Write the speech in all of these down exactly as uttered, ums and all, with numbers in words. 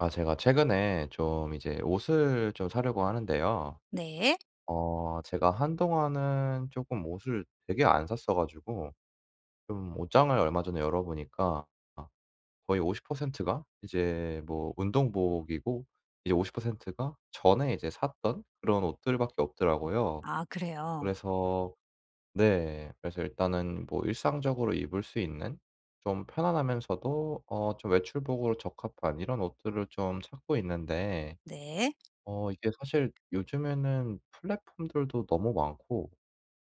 아, 제가 최근에 좀 이제 옷을 좀 사려고 하는데요. 네. 어 제가 한동안은 조금 옷을 되게 안 샀어 가지고 좀 옷장을 얼마 전에 열어 보니까 아, 거의 오십 퍼센트가 이제 뭐 운동복이고 이제 오십 퍼센트가 전에 이제 샀던 그런 옷들밖에 없더라고요. 아 그래요? 그래서, 네. 그래서 일단은 뭐 일상적으로 입을 수 있는 좀 편안하면서도 어 좀 외출복으로 적합한 이런 옷들을 좀 찾고 있는데 네. 어 이게 사실 요즘에는 플랫폼들도 너무 많고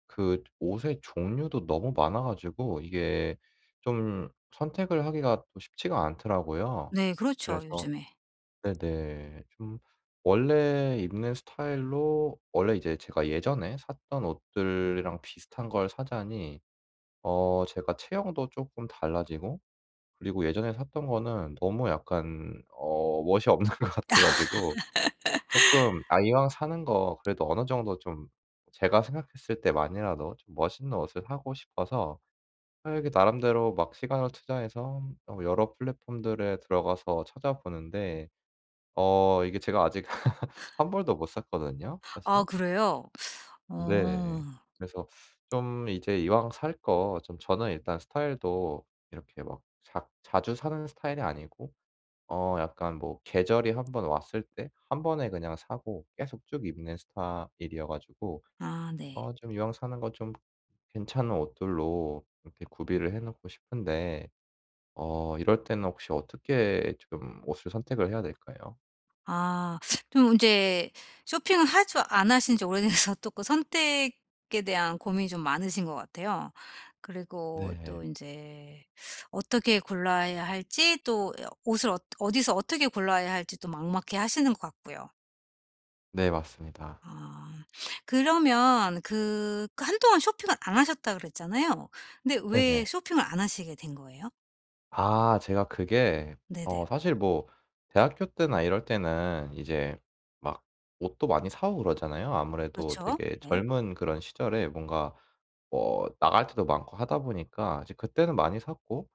그 옷의 종류도 너무 많아 가지고 이게 좀 선택을 하기가 또 쉽지가 않더라고요. 네 그렇죠 그래서, 요즘에. 네네. 좀 원래 입는 스타일로 원래 이제 제가 예전에 샀던 옷들이랑 비슷한 걸 사자니 어 제가 체형도 조금 달라지고 그리고 예전에 샀던 거는 너무 약간 어 멋이 없는 것 같아 가지고 쪼끔, 아 이왕 사는 거 그래도 어느 정도 좀 제가 생각했을 때만이라도 좀 멋있는 옷을 사고 싶어서 아이게 나름대로 막 시간을 투자해서 어 여러 플랫폼들에 들어가서 찾아보는데 어 이게 제가 아직 한 벌도 못 샀거든요 아 사실. 그래요? 어. 네. 그래서 좀 이제 이왕 살 거 좀 저는 일단 스타일도 이렇게 막 작 자주 사는 스타일이 아니고 어 약간 뭐 계절이 한번 왔을 때 한 번에 그냥 사고 계속 쭉 입는 스타일이어 가지고 아 네. 어 좀 이왕 사는 거 좀 괜찮은 옷들로 이렇게 구비를 해 놓고 싶은데 어 이럴 때는 혹시 어떻게 좀 옷을 선택을 해야 될까요? 아 좀 인제 쇼핑을 하지 안 하신 지 오래돼서 또 그 선택에 대한 고민이 좀 많으신 것 같아요. 그리고 또 네. 인제 어떻게 골라야 할지 또 어 옷을 어 어디서 어떻게 골라야 할지 또 막막해하시는 것 같고요. 네, 맞습니다. 아. 그러면 그 그 한동안 쇼핑을 안 하셨다 그랬잖아요. 근데 왜 네네. 쇼핑을 안 하시게 된 거예요? 아, 제가 그게 네네. 어 사실 뭐 대학교 때나 이럴 때는 이제 막 옷도 많이 사오고 그러잖아요. 아무래도 그렇죠. 되게 네. 젊은 그런 시절에 뭔가 뭐 나갈 때도 많고 하다 보니까 이제 그때는 많이 샀고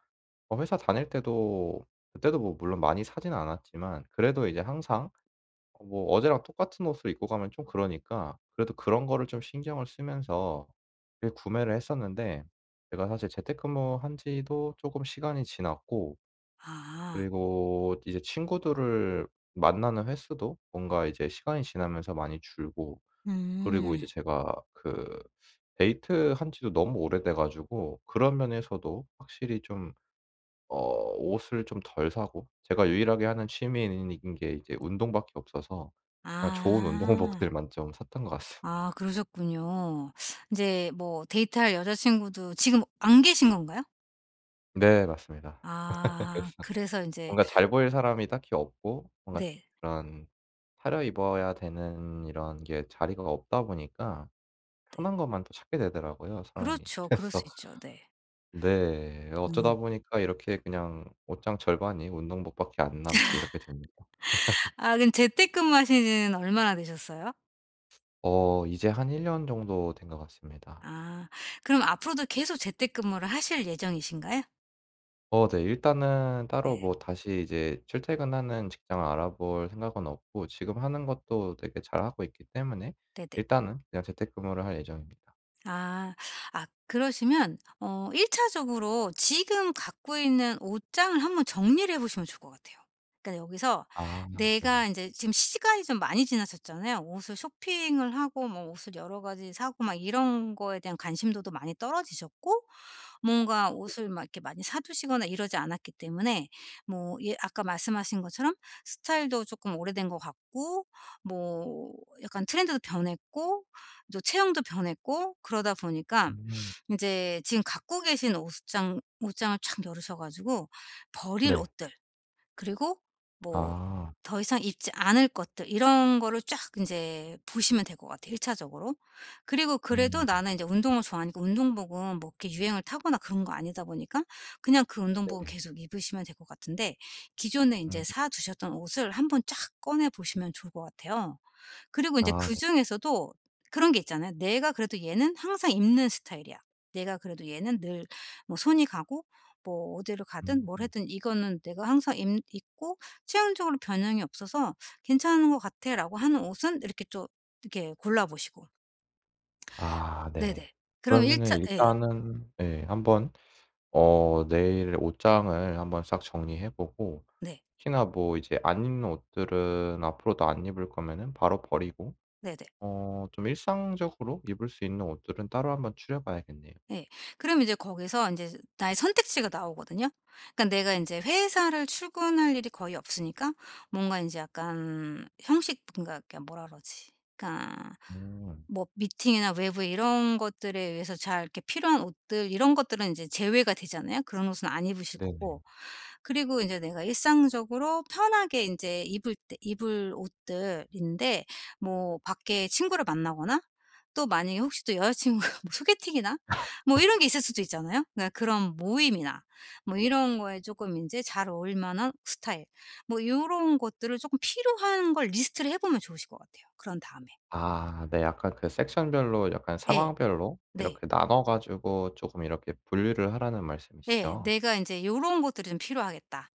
어 회사 다닐 때도 그때도 뭐 물론 많이 사진 않았지만 그래도 이제 항상 어 뭐 어제랑 똑같은 옷을 입고 가면 좀 그러니까 그래도 그런 거를 좀 신경을 쓰면서 그 구매를 했었는데 제가 사실 재택근무한 지도 쪼금 시간이 지났고 아. 그리고 이제 친구들을 만나는 횟수도 뭔가 이제 시간이 지나면서 많이 줄고 그리고 이제 음. 제가 그 데이트한 지도 너무 오래돼 가지고 그런 면에서도 확실히 좀 어 옷을 좀 덜 사고 제가 유일하게 하는 취미인 게 이제 운동밖에 없어서 그냥 좋은 아. 운동복들만 좀 샀던 것 같습니다. 아 그러셨군요. 이제 뭐 데이트할 여자친구도 지금 안 계신 건가요? 네, 맞습니다. 아 그래서 그래서 이제 뭔가 잘 보일 사람이 딱히 없고 뭔가 네. 그런 차려 입어야 되는 이런 게 자리가 없다 보니까 네. 편한 것만 또 찾게 되더라고요 사람이. 그렇죠. 그럴 수 그래서, 있죠. 네. 네. 음. 어쩌다 보니까 이렇게 그냥 옷장 절반이 운동복밖에 안 남게 이렇게 됩니다. 아 그럼 재택근무하시는 얼마나 되셨어요? 어 이제 한 일 년 정도 된 것 같습니다. 아. 그럼 앞으로도 계속 재택근무를 하실 예정이신가요? 어 네. 일단은 따로 네. 뭐 다시 이제 출퇴근하는 직장을 알아볼 생각은 없고 지금 하는 것도 되게 잘하고 있기 때문에 네네. 일단은 그냥 재택근무를 할 예정입니다. 아. 아 그러시면 어 일 차적으로 지금 갖고 있는 옷장을 한번 정리를 해 보시면 좋을 것 같아요. 그러니까 여기서 아, 내가 네네. 이제 지금 시간이 좀 많이 지나셨잖아요. 옷을 쇼핑을 하고 뭐 옷을 여러 가지 사고 막 이런 거에 대한 관심도도 많이 떨어지셨고, 뭔가 옷을 막 이렇게 많이 사두시거나 이러지 않았기 때문에. 뭐 예 아까 말씀하신 것처럼 스타일도 조금 오래된 것 같고, 뭐 약간 트렌드도 변했고 또 체형도 변했고 그러다 보니까 음. 이제 지금 갖고 계신 옷장 옷장을 쫙 열으셔 가지고 버릴 네. 옷들 그리고 뭐 아. 더 이상 입지 않을 것들 이런 거를 쫙 인제 보시면 될 것 같아요 일 차적으로. 그리고 그래도 음. 나는 인제 운동을 좋아하니까 운동복은 뭐 이렇게 유행을 타거나 그런 거 아니다 보니까 그냥 그 운동복은 네네. 계속 입으시면 될 것 같은데, 기존에 인제 음. 사 두셨던 옷을 한번 쫙 꺼내 보시면 좋을 것 같아요. 그리고 이제 아 네. 그중에서도 그런 게 있잖아요. '내가 그래도 얘는 항상 입는 스타일이야. 내가 그래도 얘는 늘 뭐 손이 가고 뭐 어디를 가든 음. 뭘 하든 이거는 내가 항상 입 입고 체형적으로 변형이 없어서 괜찮은 것 같아.'라고 하는 옷은 이렇게 좀 이렇게 골라 보시고. 아 네. 네네. 그럼 일 그러면은 차 예. 일단은 예 한번 어 내일 옷장을 한번 싹 정리해 보고 네. 특히나 뭐 이제 안 입는 옷들은 앞으로도 안 입을 거면은 바로 버리고 네네. 어 좀 일상적으로 입을 수 있는 옷들은 따로 한번 추려 봐야겠네요. 예. 그럼 이제 거기서 이제 나의 선택지가 나오거든요. 그러니까 내가 이제 회사를 출근할 일이 거의 없으니까 뭔가 이제 약간 형식 인가그 뭐라 그러지? 그러니까 음. 뭐 미팅이나 외부 이런 것들에 의해서 잘 이렇게 필요한 옷들 이런 것들은 이제 제외가 되잖아요. 그런 옷은 안 입으실 거고. 네네. 그리고 이제 내가 일상적으로 편하게 이제 입을 때 입을 옷들인데, 뭐 밖에 친구를 만나거나 또 만약에 혹시 또 여자친구가 뭐 소개팅이나 뭐 이런 게 있을 수도 있잖아요. 그러니까 그런 모임이나 뭐 이런 거에 조금 이제 잘 어울릴 만한 스타일 뭐 요런 것들을 조금 필요한 걸 리스트를 해 보면 좋으실 것 같아요 그런 다음에. 아 네. 약간 그 섹션별로 약간 예. 상황별로 네. 이렇게 나눠 가지고 조금 이렇게 분류를 하라는 예. 말씀이시죠? '내가 인제 요런 것들이 좀 필요하겠다.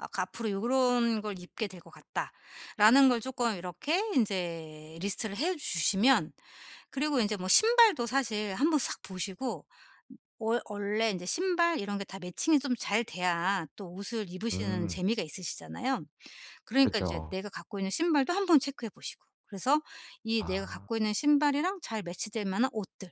아 그 앞으로 요런 걸 입게 될 것 같다.'라는 걸 쪼끔 이렇게 인제 리스트를 해 주시면, 그리고 인제 뭐 신발도 사실 한번 싹 보시고, 월- 원래 이제 신발 이런 게 다 매칭이 좀 잘 돼야 또 옷을 입으시는 음. 재미가 있으시잖아요. 그 그러니까 이제 죠 내가 갖고 있는 신발도 한번 체크해 보시고 그래서 이 내가 아 갖고 있는 신발이랑 잘 매치될 만한 옷들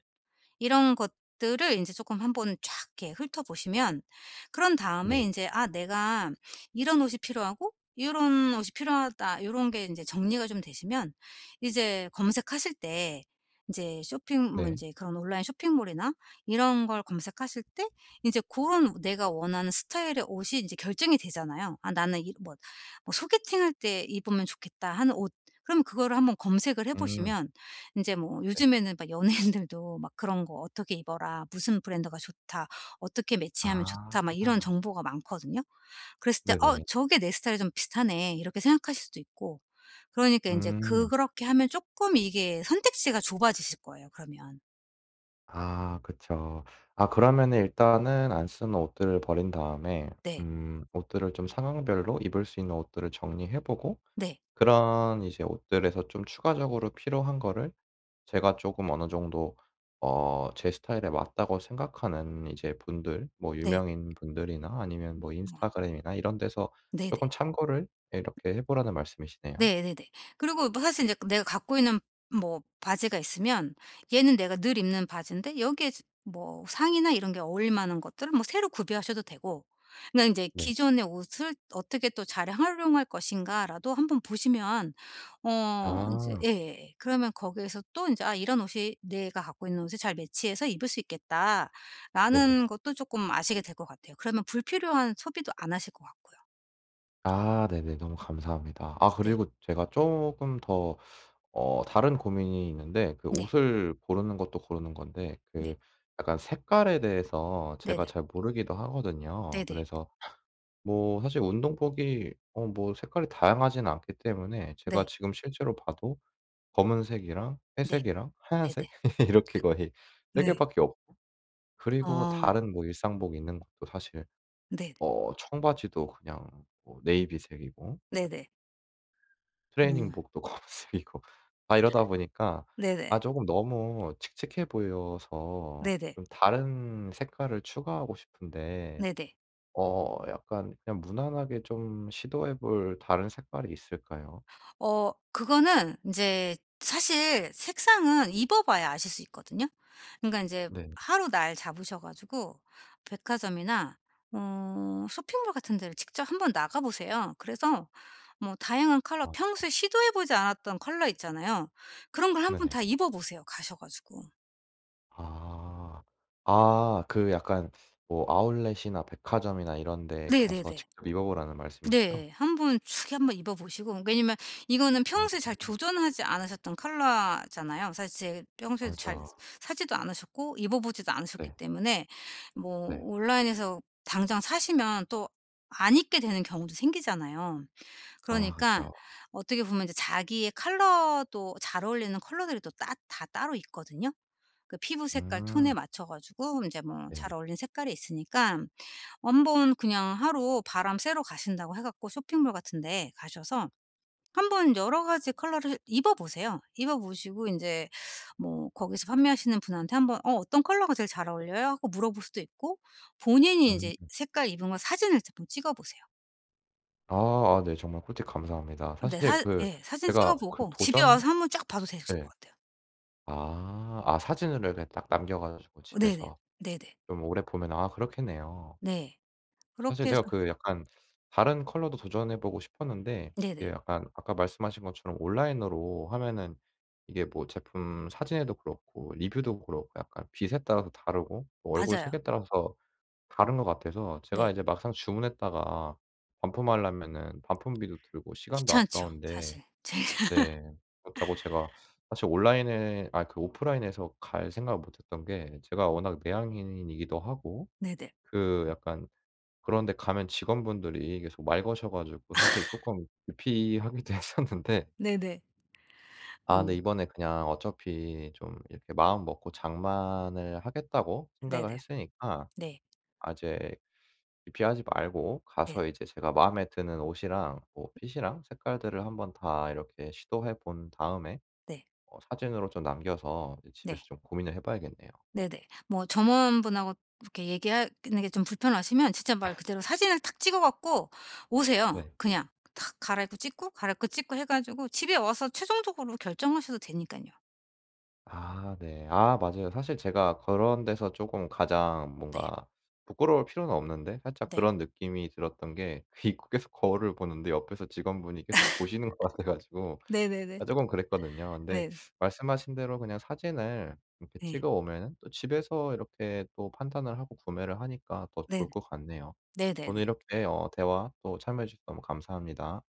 이런 것들을 이제 조금 한번 쫙 이렇게 훑어보시면, 그런 다음에 네. 이제 '아 내가 이런 옷이 필요하고 이런 옷이 필요하다.' 이런 게 이제 정리가 좀 되시면, 이제 검색하실 때 이제 쇼핑 뭐 네. 제 그런 온라인 쇼핑몰이나 이런 걸 검색하실 때 이제 그런 내가 원하는 스타일의 옷이 이제 결정이 되잖아요. '아 나는 이 뭐 뭐 소개팅할 때 입으면 좋겠다.' 하는 옷, 그럼 그거를 한번 검색을 해 음. 보시면 이제 뭐 네. 요즘에는 막 연예인들도 막 그런 거 "어떻게 입어라. 무슨 브랜드가 좋다. 어떻게 매치하면 아 좋다." 막 이런 정보가 많거든요. 그랬을 때 '어 네네. 저게 내 스타일이 좀 비슷하네.' 이렇게 생각하실 수도 있고. 그러니까 이제 그 음. 그렇게 하면 조금 이게 선택지가 좁아지실 거예요 그러면. 아 그쵸. 아 그러면은 일단은 안 쓰는 옷들을 버린 다음에 네. 음, 옷들을 좀 상황별로 입을 수 있는 옷들을 정리해 보고 네. 그런 이제 옷들에서 좀 추가적으로 필요한 거를 제가 조금 어느 정도 어 제 스타일에 맞다고 생각하는 이제 분들 뭐 네. 유명인 분들이나 아니면 뭐 뭐 인스타그램이나 이런 데서 네네. 조금 참고를 이렇게 해 보라는 말씀이시네요. 네네네. 그리고 뭐 사실 이제 내가 갖고 있는 뭐 바지가 있으면 얘는 내가 늘 입는 바지인데 여기에 지- 뭐 상의나 이런 게 어울릴 만한 것들을 뭐 새로 구비하셔도 되고. 그러니까 제 네. '기존의 옷을 어떻게 또 잘 활용할 것인가.'라도 한번 보시면 어 이제 아. 예예예. 그러면 거기에서 또 이제 '아 이런 옷이 내가 갖고 있는 옷에 잘 매치해서 입을 수 네네. 있겠다.'라는 것도 조금 아시게 될 것 같아요. 그러면 불필요한 소비도 안 하실 것 같고요. 아 네네. 너무 감사합니다. 아 네. 그리고 제가 조금더 어 다른 고민이 있는데 그 네. 옷을 고르는 것도 고르는 건데 네. 그 약간 색깔에 대해서 제가 네네. 잘 모르기도 네네. 네. 하거든요. 네. 그래서 뭐 사실 운동복이 어 뭐 색깔이 다양하진 않기 때문에 제가 네. 지금 실제로 봐도 검은색이랑 네. 회색이랑 네네. 하얀색 이렇게 거의 세 네. 개밖에 없, 그리고 뭐 아. 다른 뭐 일상복 있는 것도 사실 네. 어 청바지도 그냥 뭐 네이비색이고 네네. 음. 트레이닝복도 검은색이고 아 이러다 보니까 네네. 아 조금 너무 칙칙해 보여서 네네. 좀 다른 색깔을 추가하고 싶은데 네네. 어 약간 그냥 무난하게 좀 시도해 볼 다른 색깔이 있을까요? 어 그거는 인제 사실 색상은 입어 봐야 아실 수 있거든요. 그러니까 인제 네. 하루 날 잡으셔 가지고 백화점이나 어 쇼핑몰 같은 데를 직접 한번 나가 보세요. 그래서 뭐 다양한 컬러 아 평소에 시도해 보지 않았던 컬러 있잖아요. 그런 걸 한번 네네. 다 입어 보세요 가셔 가지고. 아. 아 그 약간 뭐 아울렛이나 백화점이나 이런 데 가서 네네네. 직접 입어 보라는 말씀이시죠? 네. 한번 크게 한번 입어 보시고, 왜냐면 이거는 음. 평소에 잘 조전하지 않으셨던 컬러잖아요. 사실 제 평소에도 잘 그죠. 사지도 않으셨고 입어 보지도 않으셨기 네. 때문에 뭐 네. 온라인에서 당장 사시면 또 안 입게 되는 경우도 생기잖아요. 아 그러니까 그쵸. 어떻게 보면 이제 자기의 컬러도 잘 어울리는 컬러들이 또 따 다 따로 있거든요. 그 피부 색깔 톤에 음. 맞춰 가지고 이제 뭐 네. 잘 어울리는 색깔이 있으니까 원본 그냥 하루 바람 쐬러 가신다고 해 갖고 쇼핑몰 같은 데 가셔서 한번 여러 가지 컬러를 입어 보세요. 입어 보시고 이제 뭐 거기서 판매하시는 분한테 한번 "어 어떤 컬러가 제일 잘 어울려요?" 하고 물어볼 수도 있고, 본인이 이 음. 제 색깔 입은 거 사진을 한번 찍어 보세요. 아 아 네. 정말 꿀팁 감사합니다. 네. 사실 사 그 예. 사진 찍어 제가 그 보고 집에 도전. 와서 한번 쫙 봐도 되실 네. 것 같아요. 아. 아 사진으로 이렇게 딱 남겨 가지고 네네. 집에서 네네. 좀 오래 보면 아 그렇겠네요. 네. 사실 그렇게 해서, 제가 그 약간 다른 컬러도 도전해 보고 싶었는데 네네. 이게 약간 아까 말씀하신 것처럼 온라인으로 하면은 이게 뭐 제품 사진에도 그렇고 리뷰도 그렇고 약간 빛에 따라서 다르고 또 얼굴 맞아요. 색에 따라서 다른 것 같아서 네. 제가 이제 막상 주문했다가 반품하려면은 반품비도 들고 시간도 귀찮죠 아까운데. 사실. 제일. 네. 그렇다고 제가 사실 온라인에 아 그 오프라인에서 갈 생각을 못 했던 게 제가 워낙 내향인이기도 하고 네네. 그 약간 그런 데 가면 직원분들이 계속 말 거셔 가지고 사실 쪼끔 기피하기도 했었는데 네네. 아 근데 음. 이번에 그냥 어차피 좀 이렇게 마음 먹고 장만을 하겠다고 네네. 생각을 했으니까 네. 아 이제 기피하지 말고 네. 가서 이제 제가 마음에 드는 옷이랑 뭐 핏이랑 색깔들을 한번 다 이렇게 시도해 본 다음에 네. 어 사진으로 좀 남겨서 이제 집에서 네. 좀 고민을 해 봐야겠네요. 네네. 뭐 점원분하고 이렇게 얘기하는 게 좀 불편하시면 진짜 말 그대로 사진을 탁 찍어 갖고 오세요. 네. 그냥 탁 갈아입고 찍고 갈아입고 찍고 해 가지고 집에 와서 최종적으로 결정하셔도 되니까요. 아 네. 아 맞아요. 사실 제가 그런 데서 조금 가장 네. 뭔가 부끄러울 필요는 없는데 살짝 네. 그런 느낌이 들었던 게 그 입구에서 거울을 보는데 옆에서 직원분이 계속 보시는 것 같아 가지고 네네네. 아금 그랬거든요. 근데 네네. 말씀하신 대로 그냥 사진을 이렇게 네. 찍어 오면은 또 집에서 이렇게 또 판단을 하고 구매를 하니까 더 좋을 네네. 것 같네요. 오늘 네네네. 이렇게 어 대화 또 참여해 주셔서 너무 감사합니다.